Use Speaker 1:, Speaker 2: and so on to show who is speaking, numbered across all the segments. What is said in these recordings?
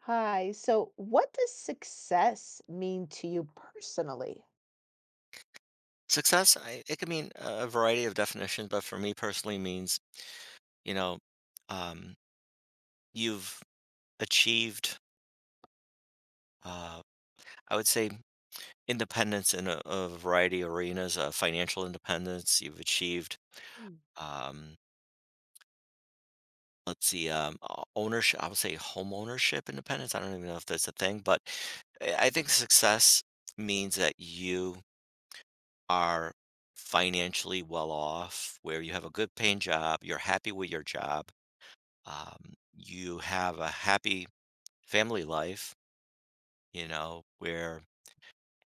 Speaker 1: Hi. So, what does success mean to you personally?
Speaker 2: Success, I it can mean a variety of definitions, but for me personally means, you know, um, you've achieved, uh, I would say independence in a variety of arenas, financial independence. You've achieved,
Speaker 1: Mm.
Speaker 2: um, let's see, ownership, I would say home ownership independence. I don't even know if that's a thing, but I think success means that you are financially well off, where you have a good paying job, you're happy with your job. You have a happy family life, where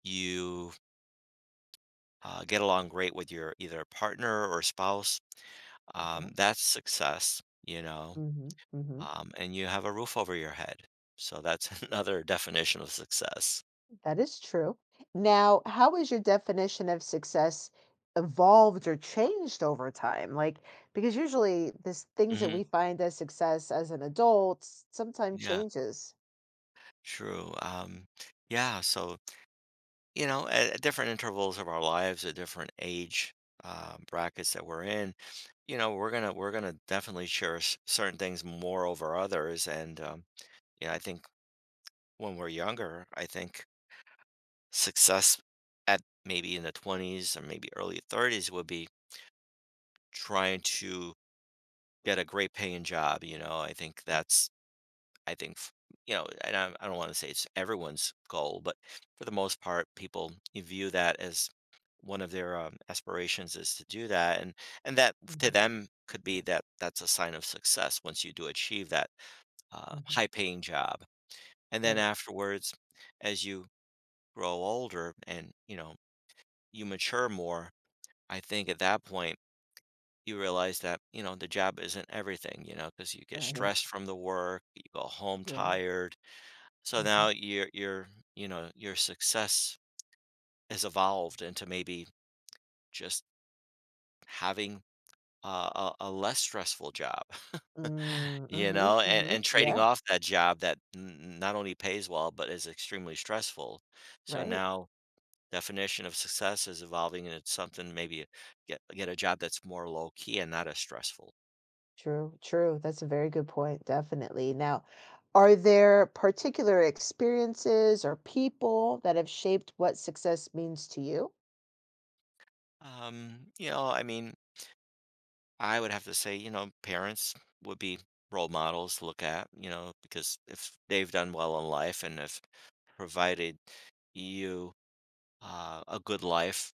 Speaker 2: you get along great with your either partner or spouse.
Speaker 1: Okay.
Speaker 2: That's success,
Speaker 1: Mm-hmm. Mm-hmm.
Speaker 2: and you have a roof over your head. So that's another definition of success.
Speaker 1: That is true. Now, how has your definition of success evolved or changed over time? Like, because usually this things that
Speaker 2: hmm
Speaker 1: we find as success as an adult sometimes
Speaker 2: Yeah,
Speaker 1: changes.
Speaker 2: true. Yeah, so at different intervals of our lives, at different age brackets that we're in, you know, we're gonna definitely cherish certain things more over others. And yeah, I think when we're younger, I think success at maybe in the twenties or maybe early thirties would be trying to get a great paying job. You know, I think that's I think, f- you know, and I don't want to say it's everyone's goal, but for the most part, people view that as one of their aspirations is to do that, and that to
Speaker 1: Mm-hmm.
Speaker 2: them could be that's a sign of success once you do achieve that
Speaker 1: Mm-hmm.
Speaker 2: high-paying job, and then
Speaker 1: Right.
Speaker 2: afterwards, as you grow older and you know you mature more, I think at that point you realize that you know the job isn't everything, you know, because you get
Speaker 1: Right.
Speaker 2: stressed from the work, you go home
Speaker 1: Yeah.
Speaker 2: tired. So
Speaker 1: Mm-hmm.
Speaker 2: now your you know your success has evolved into maybe just having a less stressful job,
Speaker 1: Mm,
Speaker 2: you
Speaker 1: hmm
Speaker 2: know, and,
Speaker 1: hmm.
Speaker 2: and trading
Speaker 1: Yeah,
Speaker 2: off that job that not only pays well but is extremely stressful. So
Speaker 1: right.
Speaker 2: now definition of success is evolving into something maybe get a job that's more low key and not as stressful.
Speaker 1: True, true. That's a very good point, definitely. Now, are there particular experiences or people that have shaped what success means to you?
Speaker 2: You know, I mean, I would have to say, you know, parents would be role models to look at, you know, because if they've done well in life and have provided you a good life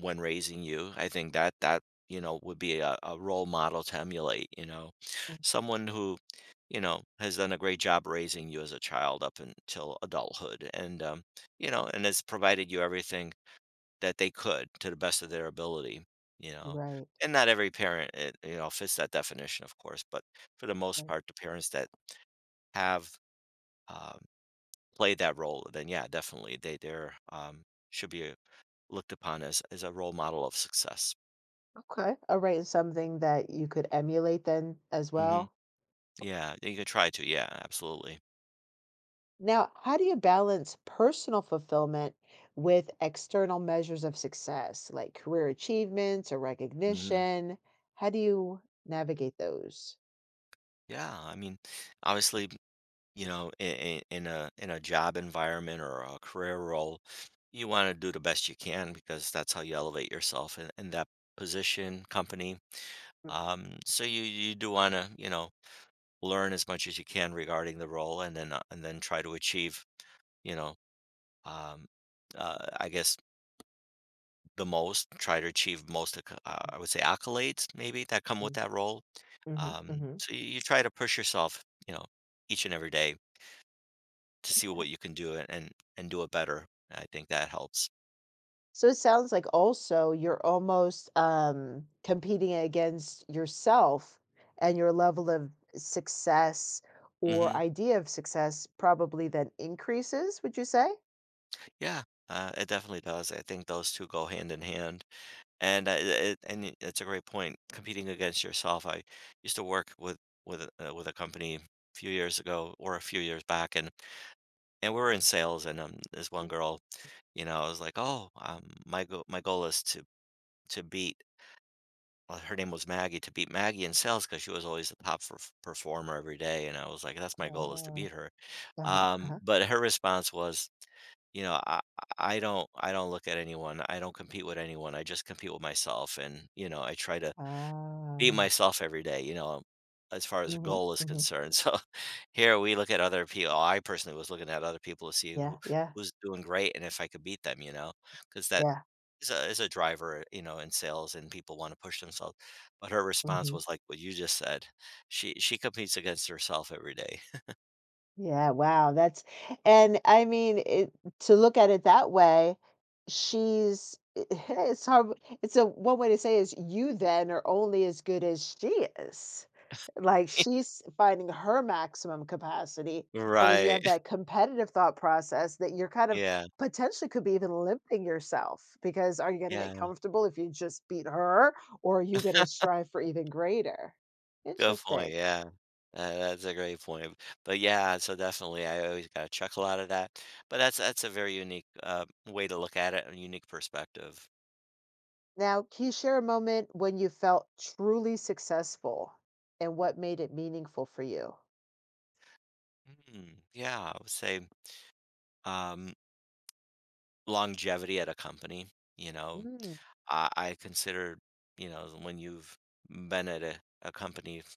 Speaker 2: when raising you, I think that that would be a role model to emulate. You know,
Speaker 1: Mm.
Speaker 2: someone who you know has done a great job raising you as a child up until adulthood, and you know, and has provided you everything that they could to the best of their ability, you know.
Speaker 1: Right,
Speaker 2: And not every parent, it, you know, fits that definition, of course, but for the most
Speaker 1: right.
Speaker 2: part, the parents that have um, played that role, then yeah, definitely they're should be looked upon as a role model of success.
Speaker 1: Okay. All right. Something that you could emulate then as
Speaker 2: hmm
Speaker 1: well.
Speaker 2: Yeah, you can try to. Yeah, absolutely.
Speaker 1: Now, how do you balance personal fulfillment with external measures of success, like career achievements or
Speaker 2: hmm
Speaker 1: recognition? How do you navigate those?
Speaker 2: Yeah, I mean, obviously you know, in a job environment or a career role, you want to do the best you can because that's how you elevate yourself in that position, company.
Speaker 1: Mm,
Speaker 2: So you do want to you know learn as much as you can regarding the role, and then try to achieve you know um, I guess the most try to achieve most acc- I
Speaker 1: hmm,
Speaker 2: would say accolades maybe that come with
Speaker 1: mhm.
Speaker 2: that role.
Speaker 1: Mm-hmm.
Speaker 2: So you try to push yourself, you know, each and every day to see what
Speaker 1: Okay.
Speaker 2: you can do and do it better. I think that helps.
Speaker 1: So it sounds like also you're almost competing against yourself and your level of success or
Speaker 2: Mhm.
Speaker 1: idea of success probably then increases, would you say?
Speaker 2: Yeah, it definitely does. I think those 2 go hand in hand, and I it and it it's a great point, competing against yourself. I used to work with a with a company a few years ago or a few years back, and we were in sales, and, this one
Speaker 1: Mm.
Speaker 2: girl, you know, I was like, "Oh, my goal is to beat." Well, her name was Maggie, to beat Maggie in sales, because she was always the top performer every day, and I was like, "That's my goal is to
Speaker 1: Oh,
Speaker 2: beat her."
Speaker 1: uh-huh, uh-huh.
Speaker 2: But her response was, you know, "I I don't look at anyone, I don't compete with anyone, I just compete with myself, and, you know, I try to beat
Speaker 1: Oh.
Speaker 2: myself every day, you know, as far as a
Speaker 1: Hmm
Speaker 2: goal is
Speaker 1: hmm.
Speaker 2: concerned." So, here we look at other people I personally was looking at other people to see
Speaker 1: Yeah,
Speaker 2: who
Speaker 1: yeah,
Speaker 2: who's doing great and if I could beat them, you know, because that
Speaker 1: yeah.
Speaker 2: is a driver, you know, in sales and people want to push themselves. But her response
Speaker 1: Hmm.
Speaker 2: was like what you just said. She competes against herself every day.
Speaker 1: Yeah, wow, that's, and I mean, it, to look at it that way, she's, it's hard. It's a one way to say is you then are only as good as she is. Like she's finding her maximum capacity. But when you
Speaker 2: Right.
Speaker 1: have that competitive thought process that you're kind of
Speaker 2: Yeah.
Speaker 1: potentially could be even limiting yourself, because are you going to get
Speaker 2: Yeah.
Speaker 1: comfortable if you just beat her, or are you going to strive for even greater?
Speaker 2: Good point.
Speaker 1: Interesting.
Speaker 2: Yeah. That's a great point. But yeah, so definitely I always got a chuckle out of that. But that's a very unique way to look at it, a unique perspective.
Speaker 1: Now, can you share a moment when you felt truly successful and what made it meaningful for you?
Speaker 2: Mm, yeah, I would say um longevity at a company, you know,
Speaker 1: Mm,
Speaker 2: I consider, you know, when you've been at a company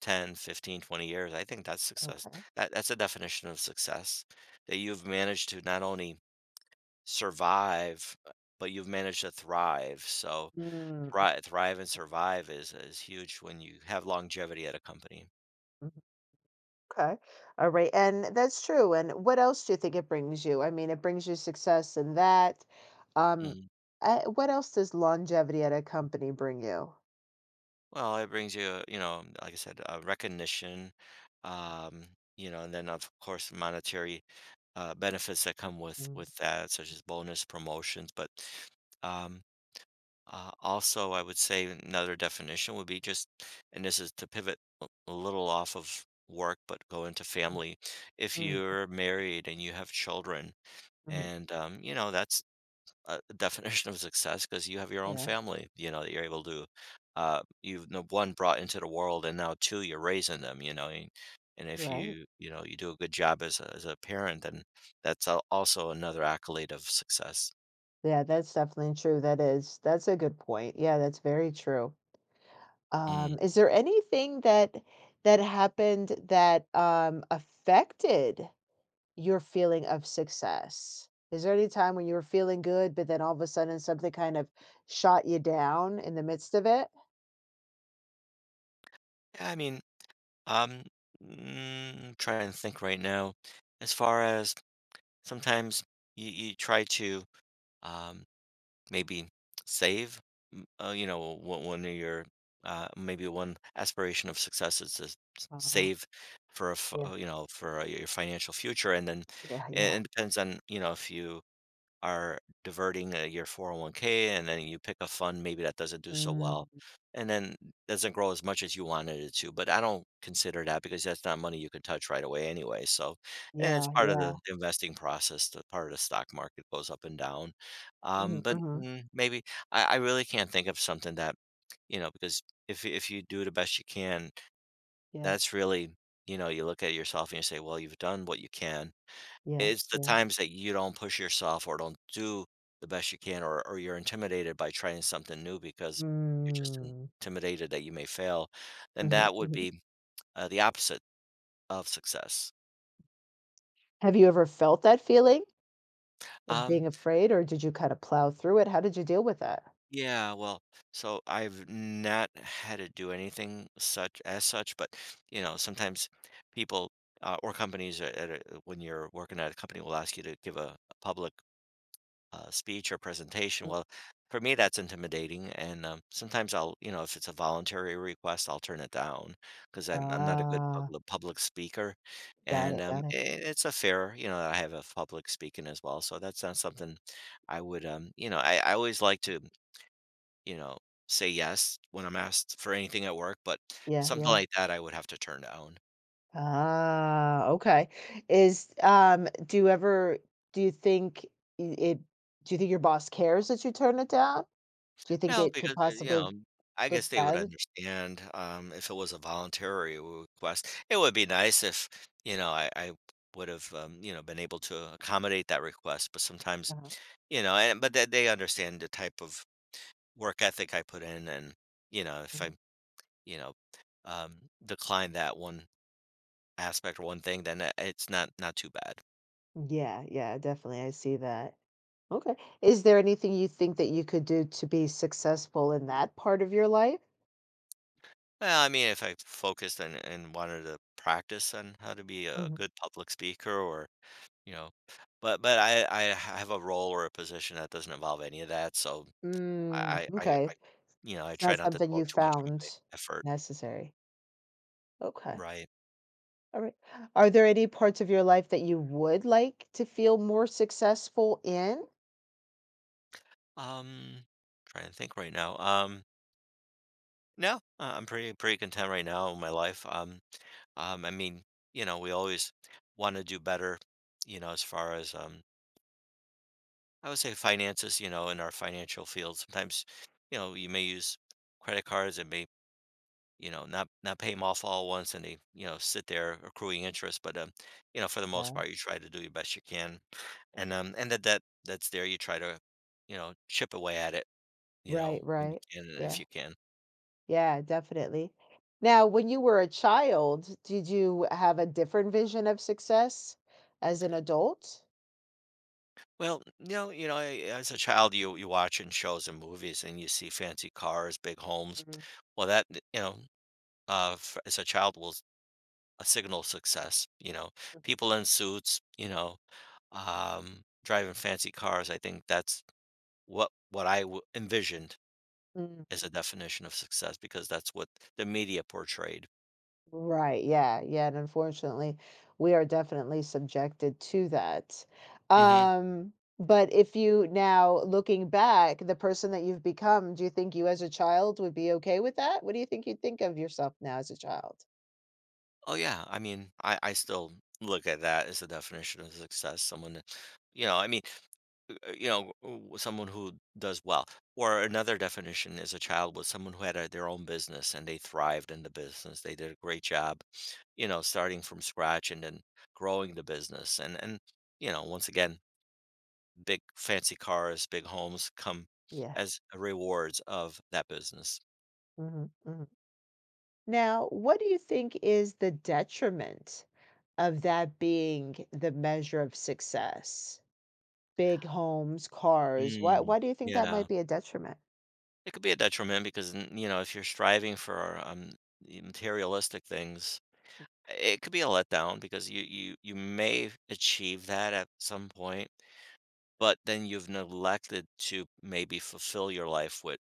Speaker 2: 10, 15, 20 years, I think that's success.
Speaker 1: okay.
Speaker 2: That's a definition of success that you've managed to not only survive, but you've managed to thrive. So
Speaker 1: Mm,
Speaker 2: thrive, thrive and survive is huge when you have longevity at a company.
Speaker 1: mm, okay. All right. And that's true. And what else do you think it brings you? I mean, it brings you success in that. Um,
Speaker 2: Mm-hmm.
Speaker 1: what else does longevity at a company bring you?
Speaker 2: Well, it brings you, you know, like I said, recognition, um, you know, and then of course monetary benefits that come
Speaker 1: Mm,
Speaker 2: with that, such as bonus promotions. But um, also, I would say another definition would be just, and this is to pivot a little off of work, but go into
Speaker 1: mm.
Speaker 2: family. If
Speaker 1: Mm,
Speaker 2: you're married and you have children,
Speaker 1: mhm.
Speaker 2: and you know, that's a definition of success because you have your own
Speaker 1: Yeah,
Speaker 2: family, you know, that you're able to, you've no one brought into the world, and now two, you're raising them, you know, and if
Speaker 1: right.
Speaker 2: you, you know, you do a good job as a parent, then also another accolade of success.
Speaker 1: Yeah, that's definitely true. That is, that's a good point. Yeah, that's very true.
Speaker 2: Mm.
Speaker 1: Is there anything that that happened that, affected your feeling of success? Is there any time when you were feeling good, but then all of a sudden something kind of shot you down in the midst of it?
Speaker 2: Yeah, I mean, um, mm, trying to think right now, as far as sometimes you, you try to, um, maybe save you know one, one of your maybe one aspiration of success is to
Speaker 1: Oh,
Speaker 2: save for a
Speaker 1: yeah,
Speaker 2: you know for your financial future and then
Speaker 1: yeah, yeah.
Speaker 2: and it depends on you know if you are diverting your 401k and then you pick a fund maybe that doesn't do so well
Speaker 1: Mm,
Speaker 2: and then doesn't grow as much as you wanted it to but I don't consider that because that's not money you can touch right away anyway so and it's
Speaker 1: yeah,
Speaker 2: part of
Speaker 1: yeah.
Speaker 2: the investing process the part of the stock market goes up and down
Speaker 1: Mhm,
Speaker 2: but
Speaker 1: mhm.
Speaker 2: mm, maybe I really can't think of something that you know because if you do the best you can
Speaker 1: Yeah,
Speaker 2: that's really you know you look at yourself and you say well you've done what you can
Speaker 1: yeah,
Speaker 2: it's the
Speaker 1: yeah.
Speaker 2: times that you don't push yourself or don't do the best you can or you're intimidated by trying something new because you're just
Speaker 1: Mm,
Speaker 2: intimidated that you may fail, and
Speaker 1: mhm,
Speaker 2: that would
Speaker 1: mhm.
Speaker 2: be, the opposite of success.
Speaker 1: Have you ever felt that feeling of
Speaker 2: Um,
Speaker 1: being afraid, or did you kind of plow through it? How did you deal with that?
Speaker 2: yeah, well, so I've not had to do anything such as such, but, you know, sometimes people, or companies at a when you're working at a company will ask you to give a public speech or presentation.
Speaker 1: Mm.
Speaker 2: Well, for me, that's intimidating, and sometimes I'll, you know, if it's a voluntary request, I'll turn it down because I'm not a good
Speaker 1: Ah,
Speaker 2: public speaker,
Speaker 1: got
Speaker 2: and
Speaker 1: it, got it.
Speaker 2: it's a fair, you know, I have a public speaking as well, so that's not something I would, you know, I always like to, you know, say yes when I'm asked for anything at work, but
Speaker 1: Yeah,
Speaker 2: something
Speaker 1: yeah.
Speaker 2: like that I would have to turn down.
Speaker 1: Ah, okay. Is, do you ever do you think i it do you think your boss cares that you turn it down? Do you think
Speaker 2: No,
Speaker 1: it could
Speaker 2: because, you
Speaker 1: possibly
Speaker 2: know, I
Speaker 1: look
Speaker 2: guess they would
Speaker 1: bad?
Speaker 2: understand, if it was a voluntary request. It would be nice if, you know, I would have, you know, been able to accommodate that request, but sometimes,
Speaker 1: Uh-huh,
Speaker 2: you know, and but they understand the type of work ethic I put in, and you know, if I,
Speaker 1: mhm.
Speaker 2: you know, um, decline that one aspect or one thing, then it's not not too bad.
Speaker 1: Yeah, yeah, definitely, I see that. Okay. Is there anything you think that you could do to be successful in that part of your life?
Speaker 2: Well, I mean, if I focused and wanted to practice on how to be a
Speaker 1: Mhm.
Speaker 2: good public speaker or you know? But I have a role or a position that doesn't involve any of that, so
Speaker 1: Mm,
Speaker 2: I
Speaker 1: okay.
Speaker 2: you know, I
Speaker 1: It's
Speaker 2: try
Speaker 1: not
Speaker 2: not to
Speaker 1: something you
Speaker 2: devote too much of my
Speaker 1: found
Speaker 2: effort.
Speaker 1: necessary. Okay.
Speaker 2: Right.
Speaker 1: All right. Are there any parts of your life that you would like to feel more successful in?
Speaker 2: Um, trying to think right now. No, I'm pretty content right now in my life. I mean, you know, we always want to do better, you know, as far as I would say finances, you know, in our financial field. Sometimes, you know, you may use credit cards, it may you know, not pay them off all at once and they, you know, sit there accruing interest. But you know, for the most
Speaker 1: Yeah.
Speaker 2: part, you try to do your best you can, and that's there. You try to, you know, chip away at it, you
Speaker 1: Right,
Speaker 2: know, when you
Speaker 1: right.
Speaker 2: can and if
Speaker 1: Yeah.
Speaker 2: you can.
Speaker 1: Yeah, definitely. Now, when you were a child, did you have a different vision of success as an adult?
Speaker 2: Well, you know, I- as a child, you watch in shows and movies, and you see fancy cars, big homes.
Speaker 1: Mhm.
Speaker 2: Well, that you know, as a child was a signal of success. You know, people in suits, you know, driving fancy cars. I think that's what I w envisioned
Speaker 1: Mm.
Speaker 2: as a definition of success because that's what the media portrayed.
Speaker 1: Right, yeah, yeah, and unfortunately, we are definitely subjected to that.
Speaker 2: Mhm.
Speaker 1: Um, but if you now looking back, the person that you've become, do you think you as a child would be okay with that? What do you think you'd think of yourself now as a child?
Speaker 2: Oh, yeah, I mean, I still look at that as a definition of success, someone that you know, I mean, you know, w someone who does well. Or another definition is a child was someone who had a their own business and they thrived in the business, they did a great job, you know, starting from scratch and then growing the business, and, you know, once again big fancy cars, big homes come
Speaker 1: Yeah.
Speaker 2: as rewards of that business.
Speaker 1: Hmm hmm. Now, what do you think is the detriment of that being the measure of success? Big homes, cars.
Speaker 2: Mm,
Speaker 1: Why do you think that
Speaker 2: yeah.
Speaker 1: might be a detriment?
Speaker 2: It could be a detriment because, you know, if you're striving for the materialistic things, it could be a letdown because you may achieve that at some point, but then you've neglected to maybe fulfill your life with,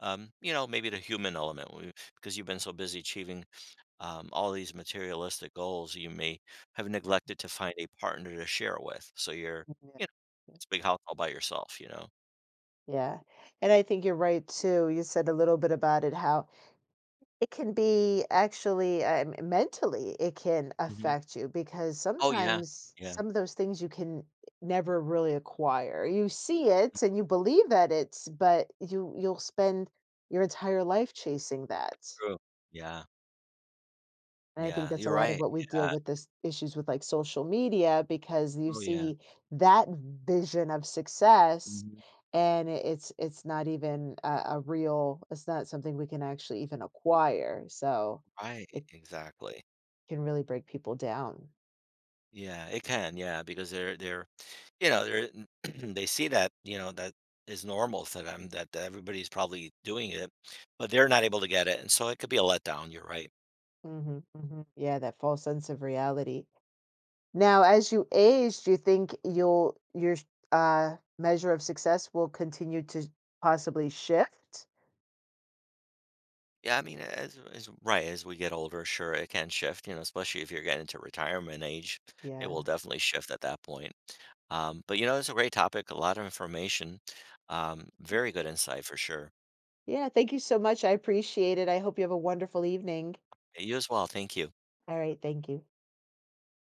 Speaker 2: you know, maybe the human element because you've been so busy achieving all these materialistic goals, you may have neglected to find a partner to share with. So you're,
Speaker 1: Mhm,
Speaker 2: you
Speaker 1: yeah.
Speaker 2: know, it's a big house all by yourself, you know?
Speaker 1: Yeah. And I think you're right too. You said a little bit about it how it can be actually mentally it can
Speaker 2: hmm
Speaker 1: affect you because
Speaker 2: Oh, yeah.
Speaker 1: sometimes
Speaker 2: Yeah.
Speaker 1: some of those things you can never really acquire. You see
Speaker 2: y-
Speaker 1: it and you believe that it's, but you you'll spend your entire life chasing that.
Speaker 2: True. Yeah.
Speaker 1: And I think
Speaker 2: Yeah.
Speaker 1: that's a
Speaker 2: You're
Speaker 1: lot of
Speaker 2: right.
Speaker 1: what we
Speaker 2: Yeah.
Speaker 1: deal with this issues with, like, social media because you
Speaker 2: Oh, yeah.
Speaker 1: see that vision of success,
Speaker 2: Mhm.
Speaker 1: and it it's not even a real, it's not something we can actually even acquire, so
Speaker 2: Right.
Speaker 1: it
Speaker 2: Exactly.
Speaker 1: can really break people down.
Speaker 2: Yeah. It can. Yeah. Because you know, they're, they see that, you know, that is normal to them that that everybody's probably doing it, but they're not able to get it. And so it could be a letdown. You're right.
Speaker 1: Mhm, mhm. Yeah, that false sense of reality. Now, as you age, do you think you'll your measure of success will continue to possibly shift?
Speaker 2: Yeah, I mean, as right, as we get older, sure, it can shift, you know, especially if you're getting to retirement age, it will
Speaker 1: Yeah.
Speaker 2: definitely shift at that point. But you know, it's a great topic, a lot of information, very good insight for sure.
Speaker 1: Yeah, thank you so much. I appreciate it. I hope you have a wonderful evening.
Speaker 2: You as well. Thank you.
Speaker 1: All right, thank you.